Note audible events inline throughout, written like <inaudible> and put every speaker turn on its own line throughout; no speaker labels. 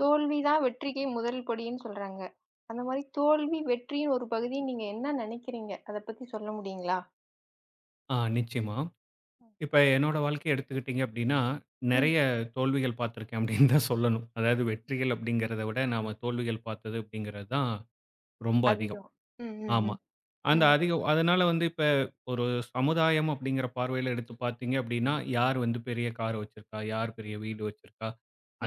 தோல்வி தான் வெற்றிக்கு முதல் படின்னு சொல்றாங்க. அந்த மாரி தோல்வி, வெற்றியின் ஒரு பகுதின்னு நீங்க என்ன நெனைக்கிறீங்க? அத பத்தி சொல்ல முடியுங்களா?
நிச்சயமா. இப்ப என்னோட வாழ்க்கைய எடுத்துக்கிட்டீங்க அப்டின்னா,
ம்.
நெறைய தோல்விகள் பார்த்துருக்கேன் அப்டின்னு தான் சொல்லணும். அதாவது வெற்றிகள் அப்டிங்கிறத விட நாம தோல்விகள் பார்த்தது அப்டிங்கிறது தான் ரொம்ப அதிகம்.
அதுதான். ம், ம்,
ஆமா.
ம்,
அந்த
ம்.
அதனால வந்து இப்ப ஒரு சமுதாயம் அப்படிங்கிற பார்வையில எடுத்து பார்த்தீங்க அப்படின்னா, யார் வந்து பெரிய கார் வச்சிருக்கா? யார் பெரிய வீடு வச்சிருக்கா?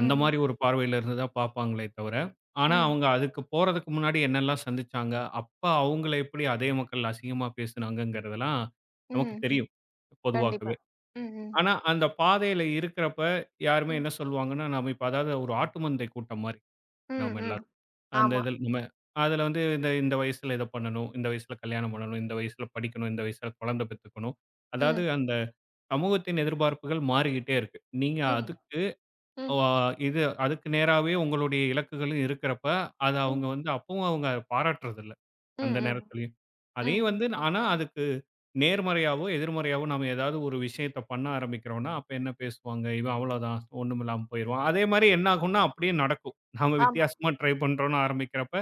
அந்த மாரி ஒரு பார்வையில இருந்து தான் பார்ப்பாங்களே தவிர, ஆனா
ம்,
அவங்க அதுக்கு போறதுக்கு முன்னாடி என்னெல்லாம் சந்திச்சாங்க? அப்ப அவங்கள எப்படி அதே மக்கள் அசிங்கமா பேசுனாங்கங்கிறதெல்லாம் நமக்கு
ம், ம்.
தெரியும்,
கண்டிப்பா.
பொதுவாகவே.
ம், ம்,
ஆனா அந்த பாதையில இருக்கிறப்ப யாருமே
ம்,
என்ன சொல்லுவாங்கன்னா, நாம இப்ப அதாவது ஒரு ஆட்டு மந்தை கூட்டம் மாரி
ம்,
நாம
ம்.
எல்லாரும். அந்த
ஆமா.
இதில் நம்ம அதில வந்து இந்த இந்த வயசுல இத பண்ணணும், இந்த வயசுல கல்யாணம் பண்ணணும், இந்த வயசுல படிக்கணும், இந்த வயசுல குழந்தை பெத்துக்கணும். அதாவது
ம்,
அந்த சமூகத்தின் எதிர்பார்ப்புகள் மாறிக்கிட்டே இருக்கு. நீங்க
ம்,
அதுக்கு ஓ!
ம்,
ஆ, இது அதுக்கு நேராவே உங்களுடைய இலக்குகளும் இருக்கிறப்ப, அத அவங்க
ம்,
வந்து அப்பவும் அவங்க பாராட்டுறதில்ல.
ம்,
அந்த
ம்,
நேரத்திலயும்.
ம்,
அதையும்
ம்.
வந்து ஆனா அதுக்கு நேர்மறையாவோ, எதிர்மறையாவோ நாம ஏதாவது ஒரு விஷயத்த பண்ண ஆரம்பிக்கிறோம்னா, அப்ப என்ன பேசுவாங்க? "இவன் அவ்வளோதான். ஒண்ணுமில்லாம போயிருவான்." அதே மாரி என்ன ஆகும்னா, அப்படியே நடக்கும். நாம
ஆமா.
வித்தியாசமா ட்ரை பண்றோம்ன்னு ஆரம்பிக்கிறப்ப,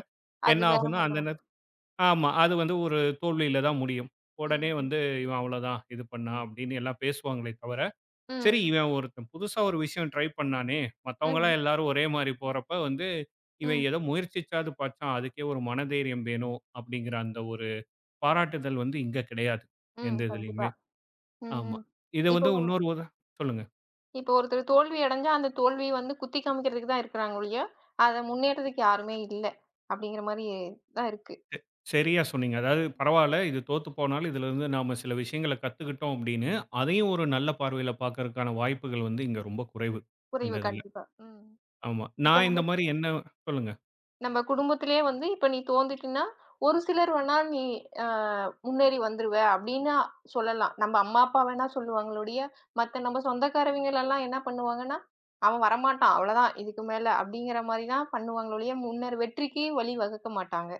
என்ன
அது வேற
ஆகும்னா,
மாரி தான்
அந்த நேர
முடியும்.
ஆமா. அது வந்து ஒரு தோல்வியில தான் முடியும். உடனே
ம், ம்,
வந்து, "இவன் அவ்வளோதான். இது பண்ணான்."
ம்,
அப்படின்னு எல்லாம் பேசுவாங்களே தவிர, சரி,
ம்,
இவன் ஒருத்தன் புதுசா ஒரு விஷயம் ட்ரை பண்ணானே!
ம்,
மத்தவங்கலாம்
ம்,
எல்லாரும் ஒரே மாரி போறப்ப வந்து, இவன்
ம்,
ஏதோ முயற்சிச்சாவது பார்த்தான். அதுக்கே ஒரு மனதைரியம் வேணும் அப்படிங்கிற
ம்.
அந்த ஒரு பாராட்டுதல் வந்து இங்க கிடையாது.
ம்.
எந்த
கண்டிப்பா.
இதுலயுமே.
ம்,
ஆமா.
ம்.
இது
இப்போ
வந்து இன்னொரு உதா சொல்லுங்க.
இப்ப ஒருத்தர் தோல்வி அடைஞ்சா, அந்த தோல்விய வந்து குத்தி காமிக்கிறதுக்கு தான் இருக்கிறாங்க ஒழிய, அத முன்னேற்றதுக்கு யாருமே இல்ல. அப்படிங்கிற மாரி தான் இருக்கு.
சரியா சொன்னீங்க. அதாவது பரவால்ல இது தோத்து போனாலும் இதிலிருந்து நாம சில விஷயங்கள கத்துக்கிட்டோம் அப்படின்னு, அதையும் ஒரு நல்ல பார்வையில பார்க்கறதுக்கான வாய்ப்புகள் வந்து இங்க ரொம்ப குறைவு. இந்த
குறைவு
இதுல.
கண்டிப்பா. ம்.
ஆமா.
இப்ப
நான்
நம்ம
இந்த மாரி என்ன சொல்லுங்க.
நம்ம குடும்பத்திலேயே வந்து இப்ப நீ தோந்துட்டீன்னா, ஒரு சிலர் வேணா நீ அ முன்னேறி வந்துருவ அப்படின்னு சொல்லலாம். நம்ம அம்மா, அப்பா வேணா சொல்லுவாங்களே ஒழிய, மத்த நம்ம சொந்தக்காரவிங்கலலாம் என்ன பண்ணுவாங்கன்னா, "அவன் வரமாட்டான். அவ்வளதான் இதுக்கு மேல" அப்படிங்கிற மாரி தான் பண்ணுவாங்களே ஒழிய, முன்னர் வெற்றிக்கு வழி வகுக்க மாட்டாங்க.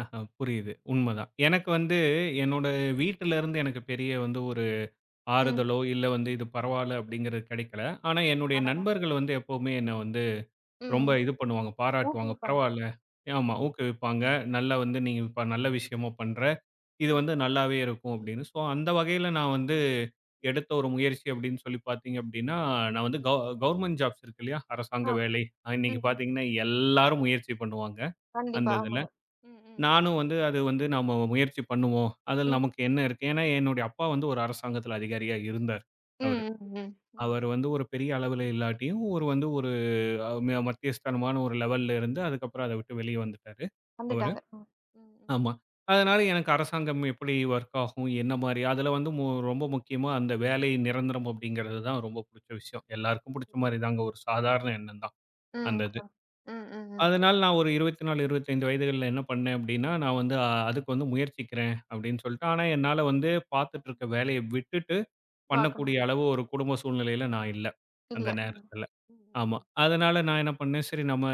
ஆஹா, புரியுது. உண்மதான். எனக்கு வந்து என்னோட வீட்டிலருந்து எனக்கு பெரிய வந்து ஒரு
ம்.
ஆறுதலோ, இல்ல வந்து இது பரவால்ல அப்படிங்கிறது கிடைக்கல. ஆனா என்னுடைய
அடடா!
நண்பர்கள் வந்து எப்பவுமே என்ன வந்து ரொம்ப
ம்.
இது பண்ணுவாங்க, பாராட்டுவாங்க.
ஊக்குவிப்பாங்க.
பரவால்ல. ஆமா,
ம்.
ஊக்குவிப்பாங்க. நல்லா வந்து நீ இப்ப நல்ல விஷயமா பண்ற. இது வந்து
ம்.
நல்லாவே இருக்கும் அப்படின்னு. ஸோ அந்த வகையில நான் வந்து எடுத்த ஒரு முயற்சி அப்படின்னு சொல்லி பார்த்தீங்க அப்படின்னா, நான் வந்து கவர்ன்மென்ட் ஜாப்ஸ் இருக்கு இல்லையா? அரசாங்க
ஆ.
வேலை. இன்னைக்கு
ம்.
பார்த்தீங்கன்னா எல்லாரும் முயற்சி பண்ணுவாங்க, அந்த
கண்டிப்பா.
இதுல.
ஆமாங்க. ம், ம்.
நானும் வந்து அது வந்து நம்ம முயற்சி பண்ணுவோம். அதில
ம்.
நமக்கு என்ன இருக்கு? ஏன்னா என்னுடைய அப்பா
ம்.
வந்து ஒரு அரசாங்கத்தில அதிகாரியா இருந்தார் அவரு.
ம், ம், ம். ம்.
அவர் வந்து ஒரு பெரிய அளவில இல்லாட்டியும், ஒரு வந்து ஒரு அ ம மத்தியஸ்தானமான ஒரு லெவல்ல இருந்து, அதுக்கப்புறம் அத விட்டு வெளிய வந்துட்டாரு அவரு.
வந்துட்டாங்க. ம். ம், ம்,
ஆமா.
ம்.
அதனால எனக்கு அரசாங்கம் எப்படி வொர்க் ஆகும்? என்ன மாரி? அதில வந்து ரொம்ப முக்கியமா அந்த வேலை நிரந்தரம் அப்படிங்கிறது தான் ரொம்ப புடிச்ச விஷயம். எல்லாருக்கும் புடிச்ச மாரி தாங்க. ஒரு சாதாரண எண்ணம் தான்
ம்.
அந்த இது.
ம், ம். ம்.
அதனால நான் ஒரு 24, 25 வயதுகள்ல என்ன பண்ணேன் அப்படின்னா, நான் வந்து அதுக்கு வந்து முயற்சிக்கிறேன் அப்படின்னு
ம்,
சொல்லிட்டு, ஆனா என்னால வந்து பார்த்துட்டு
ம்.
இருக்க வேலைய விட்டுட்டு
பார்க்க
பண்ணக்கூடிய
முடியல.
அளவு ஒரு குடும்ப சூழ்நிலையில நான் இல்ல,
இல்ல.
அந்த
ம்.
நேரத்துல.
ம்,
ஆமா.
ம், ம்.
அதனால நான் என்ன பண்ணேன், சரி நம்ம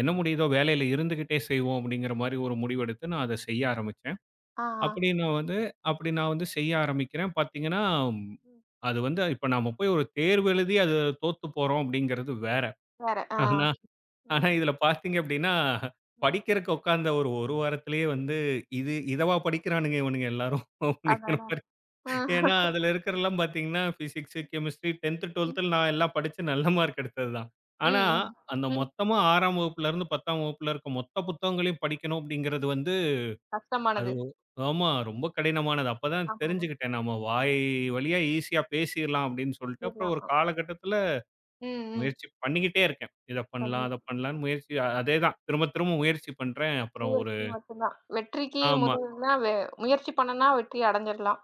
என்ன
ம்,
முடியுதோ வேலையில இருந்துகிட்டே செய்வோம் அப்படிங்கிற மாரி ஒரு முடிவெடுத்து நான் அத செய்ய ஆரம்பிச்சேன்.
ஆ, ஆ.
அப்படி நான் வந்து அப்படி நான் வந்து செய்ய ஆரம்பிக்கிறேன். பார்த்தீங்கன்னா, ம்,
ம். ம்.
அது வந்து இப்ப நாம போய் ஒரு தேர்வு எழுதி அது தோத்து போறோம் அப்படிங்கிறது வேற.
வேற. ஆ.
ஆனா ஆனா,
ம்,
இதுல பார்த்தீங்க அப்டின்னா,
ம்.
படிக்கிறக்கு உட்கார்ந்த ஒரு 1 வாரத்திலேயே வந்து, இது இதவா படிக்கிறானுங்க இவனுங்க எல்லாரும் அப்டிங்கிற
அடடா!
மாரி.
ஆ.
ஏன்னா, அதுல இருக்கிறலாம் பார்த்தீங்கன்னா, பிசிக்ஸு,
ம்.
கெமிஸ்ட்ரி 10த்,
ம்.
12த்ல நான் எல்லாம் படிச்சு நல்ல மார்க் எடுத்தது தான். ஆனா,
ம், ம்.
அந்த
ம்.
மொத்தமா 6ஆம் வகுப்புலருந்து 10ஆம் வகுப்புல இருக்க மொத்த புத்தகங்களையும் படிக்கணும் அப்டிங்கிறது வந்து, அது
கஷ்டமானது.
ஆமா
ம்.
ரொம்ப கடினமானது. அப்பதான்
ஆமாமா.
தெரிஞ்சுக்கிட்டேன். நம்ம வாய் வழியா ஈஸியா பேசிர்லாம் அப்டின்னு சொல்ட்டு, அப்புறம்
பேசிர்லாம்.
ஒரு
அ.
காலகட்டத்தில
ம், ம்.
முயற்சி பண்ணிக்கிட்டே இருக்கேன். இத பண்ணலாம், அத
கண்டிப்பா. ம்.
பண்ணலான்னு முயற்சி அதேதான். திரும்ப திரும்ப முயற்சி பண்றேன். அப்புறம் ஒரு
முயற்சி மட்டும் தான். வெற்றிக்கு ம்.
ஆமா,
முதல்னா வெ முயற்சி பண்ணுனா வெற்றி அடைஞ்சிடலாம்.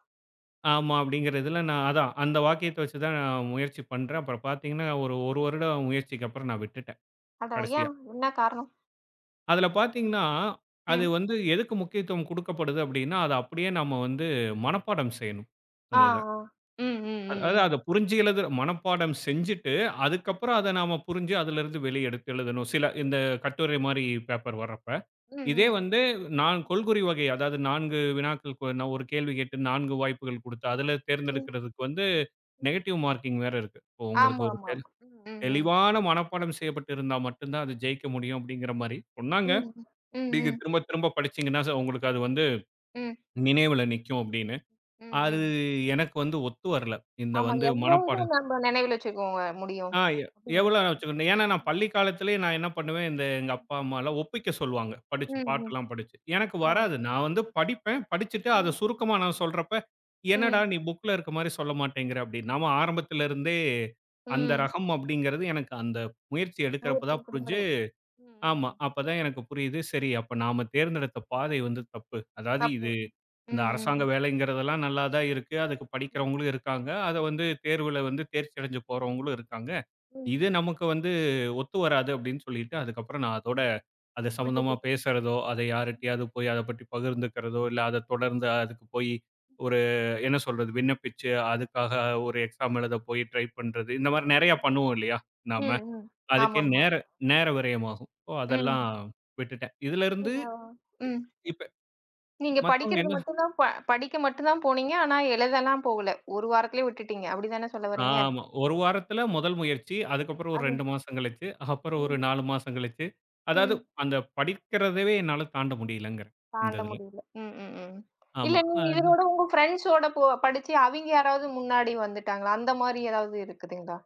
ஆமா அப்படிங்கிறதுல நான் அதான் அந்த வாக்கியத்த வச்சு தான் நான் முயற்சி பண்றேன். அப்புறம் பார்த்தீங்கன்னா, ஒரு 1 வருடம் முயற்சிக்கு அப்புறம் நான் விட்டுட்டேன்
அட
கடைசியா.
ஏன்? என்ன காரணம்?
அதில பார்த்தீங்கன்னா, அது
ம்.
வந்து எதுக்கு முக்கியத்துவம் குடுக்கப்படுது அப்படின்னா, அத அப்படியே நம்ம வந்து மனப்பாடம் செய்யணும்.
ஆ,
அந்த இத.
ஆ. ம், ம், ம்,
அதாவது
ம்.
அத புரிஞ்சு எழுதுற மனப்பாடம் செஞ்சுட்டு, அதுக்கப்புறம் அத நாம புரிஞ்சு அதிலிருந்து வெளிய எடுத்து எழுதணும். சில இந்த கட்டுரை மாரி பேப்பர் வர்றப்ப.
ம்,
இதே
ம்.
வந்து நான் கொள்குறி வகை அதாவது 4 வினாக்கள் நான் ஒரு கேள்வி கேட்டு 4 வாய்ப்புகள் குடுத்து, அதில
ம்,
தேர்ந்தெடுக்கிறதுக்கு வந்து
ம்.
நெகட்டிவ் மார்க்கிங் வேற இருக்கு. இப்போ உங்களுக்கு ஒரு
ஆமாமாம். ம், ம், ம்.
தெளிவான மனப்பாடம் செய்யப்பட்டு இருந்தா மட்டும் தான் அது ஜெயிக்க முடியும் அப்படிங்கிற மாரி சொன்னாங்க.
ம். ம்,
நீங்க
ம்.
திரும்ப திரும்ப படிச்சீங்கன்னா உங்களுக்கு அது வந்து
ம்,
நினைவுல நிக்கும் அப்படின்னு.
ம்,
அது
ம்.
எனக்கு வந்து ஒத்து வரல. இந்த
ஆமா.
வந்து மனப்பாடம்
எவ்வளவுதான் நம்ம நினைவுல வச்சுக்கோங்க முடியும்.
ஆ எ எவ்வளோ
அப்படிதானே?
நான் வச்சுக்கணும். ஏன்னா நான்
ம்.
பள்ளி காலத்திலேயே நான் என்ன பண்ணுவேன், இந்த எங்க அப்பா, அம்மாலாம் ஒப்பிக்க சொல்லுவாங்க.
ம்,
படிச்சு
ம்.
பாட்டெல்லாம் படிச்சு. எனக்கு
ஆம்.
வராது. நான் வந்து படிப்பேன். படிச்சுட்டு அத
ம்.
சுருக்கமா நான் சொல்றப்ப, "என்னடா
ம்,
நீ புக்ல இருக்க மாரி சொல்ல மாட்டேங்கிற" அப்படின்னு. நாம ஆரம்பத்துல இருந்தே அந்த
ம்.
ரகம் அப்படிங்கிறது எனக்கு அந்த முயற்சி எடுக்கிறப்ப
முயற்சி
தான் புரிஞ்சு
கொடுக்கிறது. ம், ம்,
ஆமா.
ம்.
அப்பதான் எனக்கு புரியுது. சரி அப்ப நாம தேர்ந்தெடுத்த பாதை வந்து தப்பு. அதாவது
தப்பு.
இது இந்த
ம், ம்,
அரசாங்க
ம்.
வேலைங்கிறதெல்லாம் நல்லா தான் இருக்கு. அதுக்கு
ம்.
படிக்கிறவங்களும் இருக்காங்க. அத வந்து தேர்வுல வந்து தேர்ச்சி அடைஞ்சு போறவங்களும் இருக்காங்க.
ம்.
இது நமக்கு வந்து ஒத்து வராது அப்படின்னு சொல்லிட்டு, அதுக்கப்புறம் நான் அதோட அது சம்மந்தமா
விட்டுட்டீங்க.
பேசுறதோ, அதை யார்கிட்டயாவது போய் அத பத்தி பகிர்ந்துக்கிறதோ, இல்ல அத தொடர்ந்து அதுக்கு போய் ஒரு என்ன சொல்றது? விண்ணப்பிச்சு அதுக்காக ஒரு எக்ஸாம் எழுத போய் ட்ரை பண்றது. இந்த மாரி நெறைய பண்ணுவோம் இல்லையா? நாம.
ம், ம்.
அதுக்கே
ஆமாமா.
நேர நேர விரயமாகும். ஸோ அதெல்லாம்
ம்.
விட்டுட்டேன். இதிலருந்து
நீங்க ம்.
இப்ப
நீங்க
மத்தவங்க
படிக்கிறது
என்ன
மட்டும் தான் ப படிக்க மட்டும் தான் போனீங்க. ஆனா எழுதலாம் போகல. 1 வாரத்திலே விட்டுட்டீங்க. அப்படிதானே சொல்ல வர்றீங்க?
ஆமா. 1 வாரத்துல முதல் முயற்சி. அதுக்கப்புறம் ஒரு
அது
2 மாசம் கழிச்சு, அப்புறம் ஒரு
ம்,
4 மாசம் கழிச்சு. அதாவது
ம்.
அந்த படிக்கிறதவே என்னால தாண்ட முடியலங்கிறேன், இந்த
தாண்ட
இதுல.
முடியல. ம், ம், ம்.
ஆமா.
இல்ல நீங்க இதனோட உங்க ஃப்ரெண்ட்ஸோட போ படிச்சு அவிங்க யாராவது முன்னாடி வந்துட்டாங்களா? அந்த மாரி ஏதாவது இருக்குதுங்களா?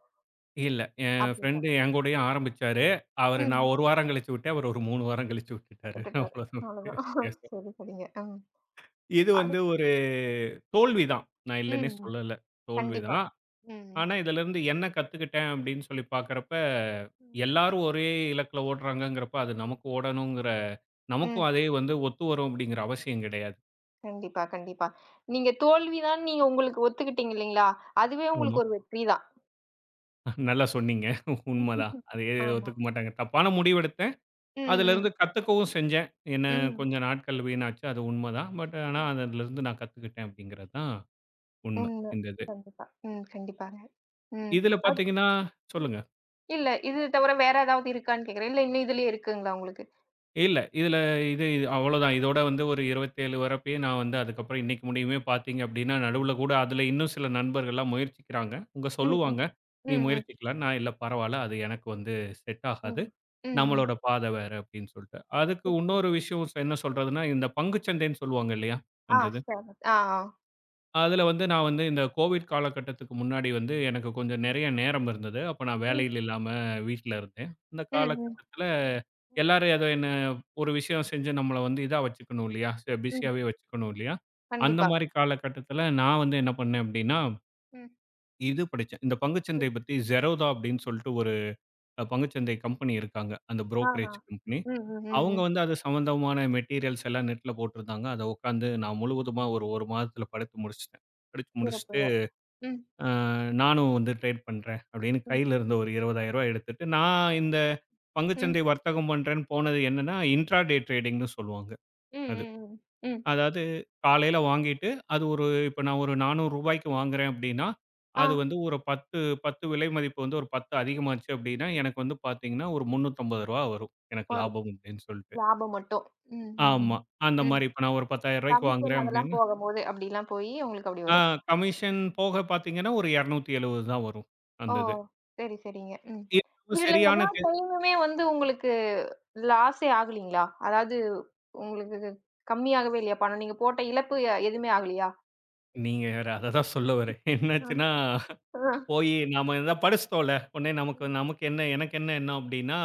இல்ல. என் ஃப்ரெண்டு
அப்படிதான்.
என் கூடயே ஆரம்பிச்சாரு. அவரு நான்
ம்.
1 வாரம் கழிச்சு விட்டேன். அவரு ஒரு 3 வாரம் கழிச்சு விட்டுட்டாரு. <laughs>
விட்டுட்டாரு.
அவ்வளோதான்
அவ்வளோதான்.
வித்தியாசம்.
சரி, சரிங்க. ம்.
இது
அது
வந்து ஒரு தோல்வி தான். நான்
ம்.
இல்லன்னே
ம்,
சொல்லல. தோல்வி
கண்டிப்பா.
தான்.
ம்.
ஆனா, இதிலிருந்து என்ன கத்துக்கிட்டேன் அப்படின்னு சொல்லி பார்க்கிறப்ப,
ம்.
எல்லாரும் ஒரே இலக்குல ஓடுறாங்கங்கிறப்ப, அது நமக்கு ஓடணுங்கிற
ம்.
நமக்கும் அதே வந்து ஒத்து வரும் அப்படிங்கிற அவசியம் கிடையாது.
கண்டிப்பா, கண்டிப்பா. நீங்க தோல்வி தான் நீங்க உங்களுக்கு ஒத்துக்கிட்டீங்க இல்லீங்களா? அதுவே
ஆமா.
உங்களுக்கு ஒரு வெற்றி தான்.
நல்லா சொன்னீங்க. உண்மதான்.
<laughs>
அதே
ஆமா.
ஒத்துக்க மாட்டாங்க. தப்பான முடிவெடுத்தேன்.
ம், ம்.
அதிலிருந்து கத்துக்கவும் செஞ்சேன். என்ன
ம்.
கொஞ்சம் நாட்கள் வீணாச்சு. அது உண்மதான். பட் ஆனா,
ம்.
அதிலிருந்து நான் கத்துக்கிட்டேன் அப்படிங்கிறது தான் உண்மை,
உண்ம.
இந்த இது.
கண்டிப்பா. ம். கண்டிப்பாங்க. ம்.
இதில
அது
பார்த்தீங்கன்னா
ம்.
சொல்லுங்க.
இல்ல. இது தவிர வேற ஏதாவது இருக்கான்னு கேட்கிறேன். இல்ல இன்னும் இதுலயே இருக்குங்களா உங்களுக்கு?
இல்ல. இதுல இது இது அவ்வளோதான். இதோட வந்து ஒரு 27 வரப்பயே நான் வந்து அதுக்கப்புறம் இன்னைக்கு முடியுமே பார்த்தீங்க அப்படின்னா, நடுவுல கூட அதுல இன்னும் சில நண்பர்கள்லாம் முயற்சிக்கிறாங்க. அவங்க
ம், ம்.
சொல்லுவாங்க,
ம்,
"நீ
ம்.
முயற்சிக்கலாம்." நான், "இல்ல பரவால்ல. அது எனக்கு வந்து செட்
ம்.
ஆகாது.
ம், ம்.
நம்மளோட பாதை வேற." அப்படின்னு சொல்லிட்டு. அதுக்கு
இருக்கு.
இன்னொரு விஷயம் என்ன சொல்றதுன்னா, இந்த
ம்.
பங்குச்சந்தைன்னு சொல்லுவாங்க இல்லையா?
ஆ,
அந்த இது.
சரி. ஆ, ஆ.
அதுல வந்து நான்
ஆமா.
வந்து இந்த கோவிட் காலகட்டத்துக்கு முன்னாடி வந்து எனக்கு கொஞ்சம் நெறைய நேரம் இருந்தது. அப்ப நான்
ம்.
வேலையில் இல்லாம வீட்ல இருந்தேன். அந்த
ம், ம்.
காலகட்டத்துல
ம்.
எல்லாரும் ஏதோ என்ன ஒரு விஷயம் செஞ்சு நம்மள வந்து இதா வச்சுக்கணும் இல்லையா?
ம்.
பிஸியாவே வச்சுக்கணும் இல்லையா? அந்த
கண்டிப்பா.
மாரி காலகட்டத்துல நான் வந்து
ம்.
என்ன பண்ணேன் அப்டின்னா,
ம்.
இது படிச்சேன். இந்த பங்குச்சந்தை
ம்.
பத்தி Zerodha அப்டின்னு சொல்லிட்டு ஒரு பங்குச்சந்தை கம்பெனி இருக்காங்க. அந்த
ஆஹா.
Brokerage company.
ம், ம், ம்,
அவங்க
ம்.
வந்து அது சம்மந்தமான மெட்டீரியல்ஸ் எல்லாம் நெட்ல போட்டிருந்தாங்க. அத உட்காந்து
ம்.
நான் முழுவதுமா ஒரு 1 மாதத்துல படித்து முடிச்சுட்டேன். படிச்சு முடிச்சுட்டு
சிறப்புங்க. ம்.
அ நானும் வந்து ட்ரேட் பண்றேன் அப்படின்னு
ம்.
கையில இருந்த ஒரு ரூ. 20,000 எடுத்துட்டு, நான் இந்த
ம்.
பங்குச்சந்தை வர்த்தகம் பண்றேன்னு போனது என்னன்னா, இன்ட்ராடே ட்ரேடிங்ன்னு சொல்லுவாங்க
ம்,
அது.
ம், ம். ம்.
அதாவது காலையில வாங்கிட்டு அது ஒரு இப்ப நான் ஒரு ரூ. 400க்கு வாங்குறேன் அப்படின்னா,
ஆ
அது வந்து ஒரு 10 விலை மதிப்பு வந்து ஒரு 10 அதிகமாச்சு அப்படின்னா, எனக்கு வந்து பார்த்தீங்கன்னா ஒரு ரூ. 350 வரும் எனக்கு
வரும்.
லாபம் அப்படின்னு சொல்லிட்டு.
லாபம் மட்டும். ம், ம்,
ஆமா. அந்த
ம்.
மாரி இப்ப நான் ஒரு ரூ.
ம்.
10,000
கமிஷன்
வாங்குறேன்
அதெல்லாம்
அப்படின்னா,
போகும்போது அப்படிலாம் போயி உங்களுக்கு அப்படி
ஆ
வரும்.
கமிஷன்
ம்.
போக பார்த்தீங்கன்னா ஒரு 270 தான் வரும்
ஓ!
அந்த இது.
சரி, சரிங்க. ம்.
இது நம்ம
இதுல
சரியான
எல்லா டைமுமே வந்து உங்களுக்கு லாஸே ஆகலீங்களா? அதாவது உங்களுக்கு இது கம்மியாகவே இல்லையா பணம்? நீங்க போட்ட இழப்பு எதுவுமே ஆகலையா?
நீங்க வேற அததான் சொல்ல வரேன்.
அ,
என்னாச்சுன்னா,
அ.
போயி நாம எதா படிச்சுட்டோம்ல. உடனே நமக்கு
ம்.
நமக்கு என்ன எனக்கு என்ன எண்ணம் அப்டின்னா,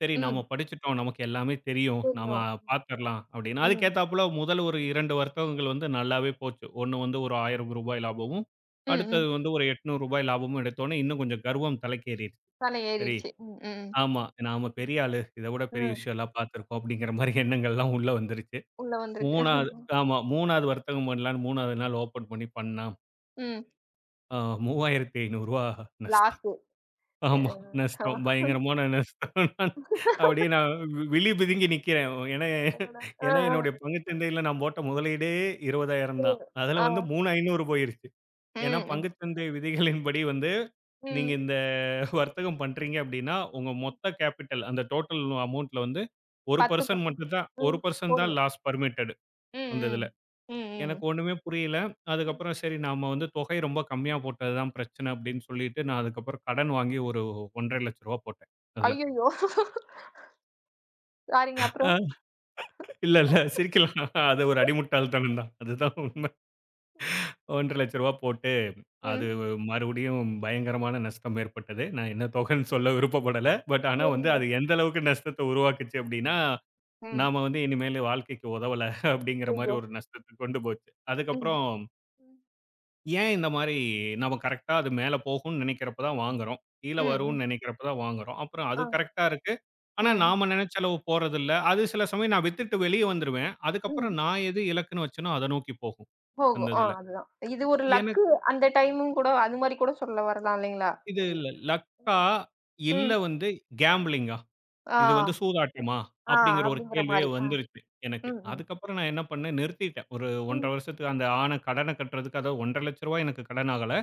சரி நாம
ம்.
படிச்சுட்டோம். நமக்கு எல்லாமே தெரியும். நாம
புரியும்.
பாத்துரலாம் அப்டின்னு.
ம்.
அதுக்கேத்தாப்புல முதல் ஒரு 2 வர்த்தகங்கள் வந்து நல்லாவே போச்சு. ஒண்ணு வந்து ஒரு ரூ. 1000 லாபமும்,
ம்,
அடுத்தது
ம்.
வந்து ஒரு ரூ. 800 லாபமும் எடுத்தோனே, இன்னும் கொஞ்சம் கர்வம் தலைக்கேறிருச்சு.
தலை
சரி,
ஏறிடுச்சு. ம், ம், ம்.
ஆமா. நாம
ம்.
பெரிய ஆளு. இத விட பெரிய
ம்.
விஷயம்லாம் பாத்துருக்கோம் அப்டிங்கிற மாரி எண்ணங்கள்லாம் உள்ள வந்துருச்சு.
உள்ள வந்திருக்கு.
3வது ஆமா 3வது வர்த்தகம் பண்ணலான்னு 3வது நாள் ஓப்பன் பண்ணி பண்ணா
ம்.
ஆ ரூ. 3,500 நஷ்டம்.
லாஸு. அ.
ஆமா,
ஆ.
நஷ்டம். பயங்கரமான நஷ்டம். <laughs> நான் அப்படியே நான் விழி பிதுங்கி நிக்கிறேன். ஏன்னா
அடடா! அ,
ஏன்னா
அ.
என்னுடைய பங்குச் சந்தையில நான் போட்ட முதலீடே 20,000 தான்.
புரியுது.
அதுல
ஆ.
வந்து 3,500 போயிருச்சு. ஏன்னா
ம், ம்.
பங்குச் சந்தை விதிகளின்படி வந்து, நீங்க
ம்.
இந்த வர்த்தகம் பண்றீங்க அப்படின்னா, உங்க மொத்த கேப்பிட்டல் அந்த டோட்டல் அமௌண்ட்ல வந்து
10,
1%
10.
மட்டும் தான்
ம்.
1% தான்
போடணும்.
லாஸ் பெர்மிட்டட்
ம்,
அந்த இதுல.
ம். ம்,
எனக்கு
ம்.
ஒண்ணுமே புரியல.
ம்.
அதுக்கப்புறம் சரி நாம வந்து தொகை ரொம்ப கம்மியா போட்டது தான் பிரச்சனை அப்படின்னு சொல்லிட்டு, நான் அதுக்கப்புறம் கடன் வாங்கி ஒரு ரூ. 1,50,000 போட்டேன் அதுல.
ஐய்யய்யோ! சாரிங்க. அப்புறம்?
அ இல்ல, சிரிக்கலாம். அது ஒரு அடிமுட்டாள்தனம் தான். அதுதான்
ம்.
உண்மை.
ம்.
ரூ. 1,50,000 போட்டு, அது
ம்.
மறுபடியும் பயங்கரமான நஷ்டம் ஏற்பட்டது. நான் என்ன
அதான்.
தொகைன்னு சொல்ல விருப்பப்படல. பட் ஆனா வந்து
சரிங்க.
அது எந்த அளவுக்கு நஷ்டத்த உருவாக்குச்சு அப்படின்னா,
ம்.
நாம வந்து இனிமேலு வாழ்க்கைக்கு உதவல அப்படிங்கிற மாரி
ஐய்யய்யோ!
ஒரு நஷ்டத்துக்கு கொண்டு போச்சு.
ம்.
அதுக்கப்புறம்
ம்.
ஏன் இந்த மாரி நம்ம கரெக்ட்டா அது மேல போகும்னு நினைக்கிறப்ப தான் வாங்குறோம். கீழ
ம். ம்.
வரும்னு நினைக்கிறப்ப தான் வாங்குறோம். அப்புறம் அது
ஆ.
கரெக்ட்டா இருக்கு. ஆனா
ம்.
நாம நெனச்ச அளவு போறதில்ல. அது சில சமயம் நான் வித்துட்டு வெளிய வந்துருவேன்.
ம்.
அதுக்கப்புறம் நான் எது இலக்குன்னு வச்சேனோ அத நோக்கி போகும். அந்த
போகும். ஆ
இதுல.
அதுதான். இது ஒரு
எனக்கு
லக்கு அந்த டைமும் கூட அது மாரி கூட சொல்ல வரலாம் இல்லைங்களா?
இது
ல்
லக்கா?
ம்.
இல்ல
ம்.
வந்து கேம்பிளிங்கா? இது வந்து
ஆ,
சூதாட்டமா?
ஆ
அப்படிங்கிற ஒரு
அப்படிங்கிற
கேள்வியே
மாரி. ஆ.
வந்துருச்சு எனக்கு.
ம், ம்.
அதுக்கப்புறம் நான் என்ன பண்ணேன் நிறுத்திட்டேன். ஒரு 1
ம்.
1/2 வருஷத்துக்கு அந்த ஆன கடன கட்டுறதுக்கு அதாவது ரூ. 1,50,000 எனக்கு கடன் ஆகல.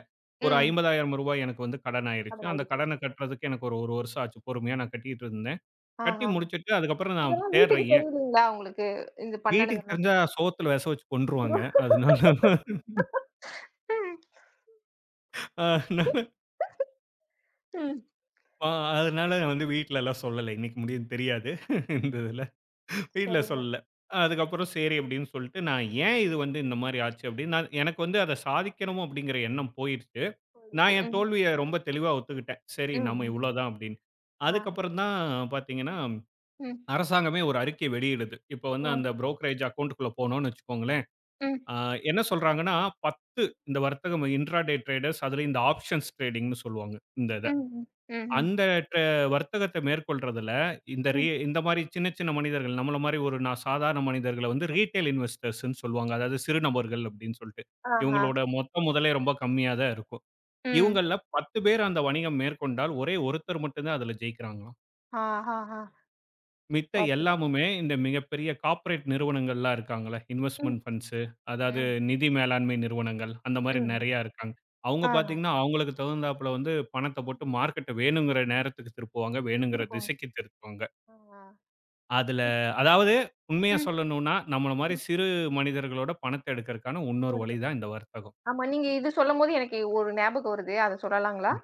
ஒரு ரூ.
ம்.
50,000 எனக்கு வந்து கடன்
அது
ஆயிருச்சு. அந்த
ஆயிடுச்சு.
கடன கட்டுறதுக்கு எனக்கு ஒரு 1 வருஷம் ஆச்சு. பொறுமையா நான் கட்டிட்டு இருந்தேன்.
ஆ,
கட்டி
ஆ.
முடிச்சுட்டு அதுக்கப்புறம் நான்
இதெல்லாம் வீட்டுக்கு
தேடுறேன் ஏன்.
தெரியலைங்களா உங்களுக்கு? இது
வீட்டுக்கு
பண்ணுனதெல்லாம்?
தெரிஞ்சா சோத்துல விச வச்சு கொன்றுவாங்க. அதனால
ம்.
அதனால
ம்.
அ அதனால நான் வந்து வீட்லலாம் சொல்லல. இன்னைக்கு முடியும்னு தெரியாது. இந்த
ம்.
இதுல. வீட்ல
சரிங்க.
சொல்லல.
ம்.
அதுக்கப்புறம் சரி அப்படின்னு சொல்லிட்டு நான் ஏன் இது வந்து இந்த மாரி ஆச்சு அப்படின்னு நான் எனக்கு வந்து அத சாதிக்கணும் அப்படிங்கிற எண்ணம் போயிருச்சு. நான்
போயிடுச்சு.
என்
ம்.
தோல்விய ரொம்ப தெளிவா ஒத்துக்கிட்டேன். சரி
ம்.
நம்ம
ம்.
இவ்வளோதான் அப்படின்னு.
ஆ.
அதுக்கப்புறம் தான் பார்த்தீங்கன்னா
ம்.
அரசாங்கமே ஒரு அறிக்கை வெளியிடுது. இப்ப வந்து
ஆ.
அந்த புரோக்கரேஜ் அக்கவுண்ட்க்குள்ள போனோம்னு வச்சுக்கோங்களேன்,
ம்.
அ என்ன சொல்றாங்கன்னா, 10
ம்.
இந்த வர்த்தகம் இன்ட்ராடே டிரேடர்ஸ் அதுலயும் இந்த ஆப்ஷன்ஸ் ட்ரேடிங்ன்னு சொல்லுவாங்க இந்த இத.
ம். ம்ஹ்ம். ம்ஹ்ம்.
அந்த ட்ர வர்த்தகத்த மேற்கொள்றதுல இந்த
ம்.
இந்த மாரி சின்ன சின்ன மனிதர்கள், நம்மள மாரி ஒரு நான் சாதாரண மனிதர்கள வந்து ரீட்டெயில் இன்வெஸ்டர்ஸ்ன்னு சொல்லுவாங்க. அதாவது சிறு நபர்கள் அப்படின்னு சொல்ட்டு.
ஆஹா.
இவங்களோட மொத்த முதலே ரொம்ப கம்மியா தான் இருக்கும்.
ம்.
இவங்கள்ல 10 பேர் அந்த வணிகம் மேற்கொண்டால், ஒரே ஒருத்தர் மட்டும் தான் அதுல ஜெயிக்கிறாங்களாம்.
ஆஹாஹா.
மித்த
பார்த்துட்டேன்.
எல்லாமுமே இந்த
ம்.
மிகப்பெரிய கார்ப்பரேட் நிறுவனங்கள்லாம் இருக்காங்கல்ல,
ம்.
இன்வெஸ்ட்மென்ட் ஃபண்ட்ஸு,
ம்.
அதாவது
ம்.
நிதி மேலாண்மை நிறுவனங்கள், அந்த மாரி
ம்.
நெறையா இருக்காங்க. அவங்க
ஆ.
பார்த்தீங்கன்னா, அவங்களுக்கு தகுந்தாப்புல வந்து பணத்த போட்டு மார்க்கெட்ட வேணுங்கிற நேரத்துக்கு திருப்புவாங்க, வேணுங்கிற
திருப்பவும்.
திசைக்கு திருப்புவாங்க.
ஆ.
அதுல அதாவது உண்மையா
ம்.
சொல்லணும்னா, நம்மள மாரி சிறு மனிதர்களோட பணத்த எடுக்கறக்கான இன்னொரு வழி
கேள்விப்பட்டேன்.
தான் இந்த வர்த்தகம்.
ஆமா. நீங்க இது சொல்லும்போது எனக்கு ஒரு ஞாபகம் வருது. அத சொல்லலாங்களா?
ம்.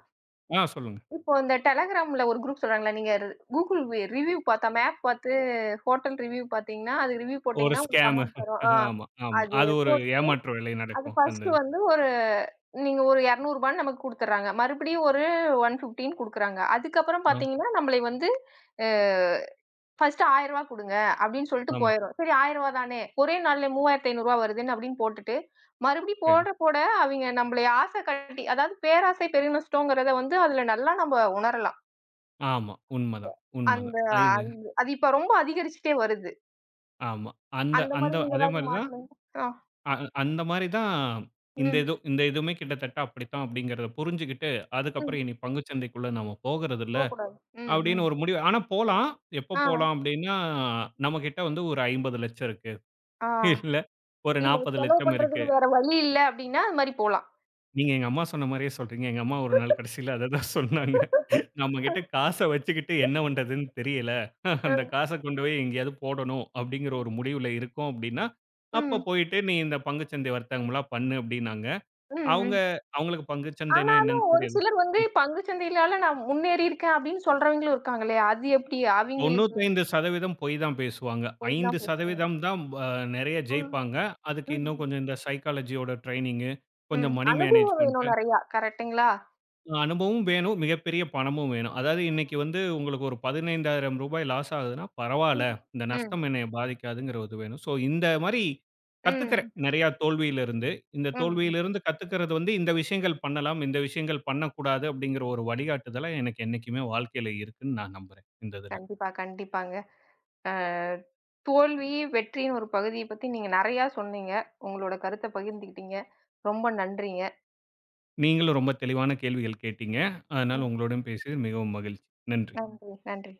ஆ சொல்லுங்க.
இப்போ இந்த Telegramல ஒரு குரூப் சொல்றாங்கல்ல. நீங்க ரு Google ரிவ்யூ பார்த்தா மேப் பார்த்து ஹோட்டல் ரிவ்யூ பார்த்தீங்கன்னா, அது ரிவ்யூ
ஒரு
போட்டீங்கன்னா உங்களுக்கு
ஸ்கேமு.
அமௌண்ட் தரும். ஆ.
ஆமா, ஆமா.
அது
அது
போ
ஒரு ஏமாற்று வேலை
அது
நடக்கும். அந்த
ஃபர்ஸ்ட்டு
இது.
வந்து ஒரு நீங்க ஒரு ரூ. 200 நமக்கு குடுத்துர்றாங்க. மறுபடியும் ஒரு 115 குடுக்குறாங்க. அதுக்கப்புறம்
ஆ,
பார்த்தீங்கன்னா, நம்மளை வந்து அ ஃபர்ஸ்ட்டு ரூ. 1000 குடுங்க அப்படின்னு சொல்லிட்டு
ஆமா.
போயிரும். சரி ரூ. 1000 தானே, ஒரே நாள்ல ரூ. 3,500 வருதுன்னு அப்படின்னு போட்டுட்டு, மறுபடியும்
சரி.
போட போட அவிங்க நம்மளை ஆசை காட்டி அதாவது பேராசை பெருநஷ்டோங்கிறத வந்து அதுல நல்லா நம்ம உணரலாம்.
ஆமா. உண்மதான்,
அந்த
உண்மதான்.
அது அது இப்ப ரொம்ப அதிகரிச்சுட்டே வருது.
ஆமா. அந்த
அந்த
அந்த
மாதிரி நீங்க
அதே
ஏதாவது
மாரி தான்
மாத்துனீங்க? ஆ.
அ அ- அந்த மாரி தான் இந்த
ம்.
இது இந்த இதுவுமே கிட்டத்தட்ட அப்படித்தான் அப்படிங்கிறத புரிஞ்சுகிட்டு,
ம்.
அதுக்கப்புறம் இனி பங்குச்சந்தைக்குள்ள நாம போகறதில்ல
போக்கூடாது. ம்.
அப்படின்னு
ம்.
ஒரு முடிவு. ஆனா போலாம். எப்போ
ஆ.
போலாம் அப்படின்னா, நம்மகிட்ட வந்து ஒரு 50,00,000 இருக்கு.
ஆ.
இல்ல ஒரு
இல்ல செலவு
40,00,000 இருக்கு.
பண்றதுக்கு வேற வழி இல்ல அப்டின்னா, அது மாரி போலாம்.
நீங்க எங்க அம்மா சொன்ன மாரியே சொல்றீங்க. எங்க அம்மா ஒரு நாள் கடைசியில அததான் சொன்னாங்க. நம்மகிட்ட
<laughs>
காச வச்சுக்கிட்டு என்ன பண்றதுன்னு தெரியல.
அ.
அந்த காச கொண்டு போய் எங்கேயாவது போடணும் அப்படிங்கிற ஒரு முடிவுல இருக்கோம் அப்படின்னா, அப்ப
ம்.
போயிட்டு நீ இந்த பங்குச்சந்தை வர்த்தகம்லாம் பண்ணு அப்படின்னாங்க.
ம்,
அவங்க
ம்.
அவங்களுக்கு பங்குச்சந்தைன்னா என்னன்னு
ஆனாலும் ஒரு
தெரியாது.
சிலர் வந்து பங்கு சந்தையிலால நான் முன்னேறி இருக்கேன் அப்டின்னு சொல்றவங்களும் இருக்காங்க இல்லையா? அது எப்டி அவிங்களுக்கு
95% பொய் தான் பேசுவாங்க.
போய் தான் பேசணும்.
5% தான் நெறைய
ம்.
ஜெயிப்பாங்க. அதுக்கு இன்னும்
ம்.
கொஞ்சம் இந்த சைக்காலஜியோட ட்ரெய்னிங்கு,
ம்.
கொஞ்சம் மணி
அனுபவம்
மேனேஜ்மென்ட்
வேணும் நெறையா. கரெக்ட்டுங்களா?
அனுபவமும் வேணும். மிகப்பெரிய
ம்.
பணமும் வேணும். அதாவது
ஆமா.
இன்னைக்கு வந்து உங்களுக்கு ஒரு ரூ. 15,000 லாஸ் ஆகுதுன்னா,
ம்.
பரவால்ல. இந்த
ம்.
நஷ்டம் என்னைய பாதிக்காதுங்கிறது வேணும். ஸோ இந்த மாரி கத்துக்கிறேன்.
ம்.
நெறையா தோல்வியிலிருந்து. இந்த
ம்.
தோல்வியிலிருந்து கத்துக்கிறது வந்து இந்த விஷயங்கள் பண்ணலாம், இந்த விஷயங்கள் பண்ணக்கூடாது அப்படிங்கிற ஒரு வழிகாட்டுதலா எனக்கு என்னைக்குமே வாழ்க்கையில இருக்குன்னு நான் நம்புறேன், இந்த இதுல.
கண்டிப்பா, கண்டிப்பாங்க. அ தோல்வி, வெற்றியின் ஒரு பகுதிய பத்தி நீங்க நெறையா சொன்னீங்க. உங்களோட கருத்த பகிர்ந்துக்கிட்டீங்க. ரொம்ப நன்றிங்க.
நீங்களும் ரொம்ப தெளிவான கேள்விகள் கேட்டீங்க. அதனால
ம்.
உங்களுடன் பேசியது மிகவும் மகிழ்ச்சி. நன்றி.
நன்றி, நன்றி.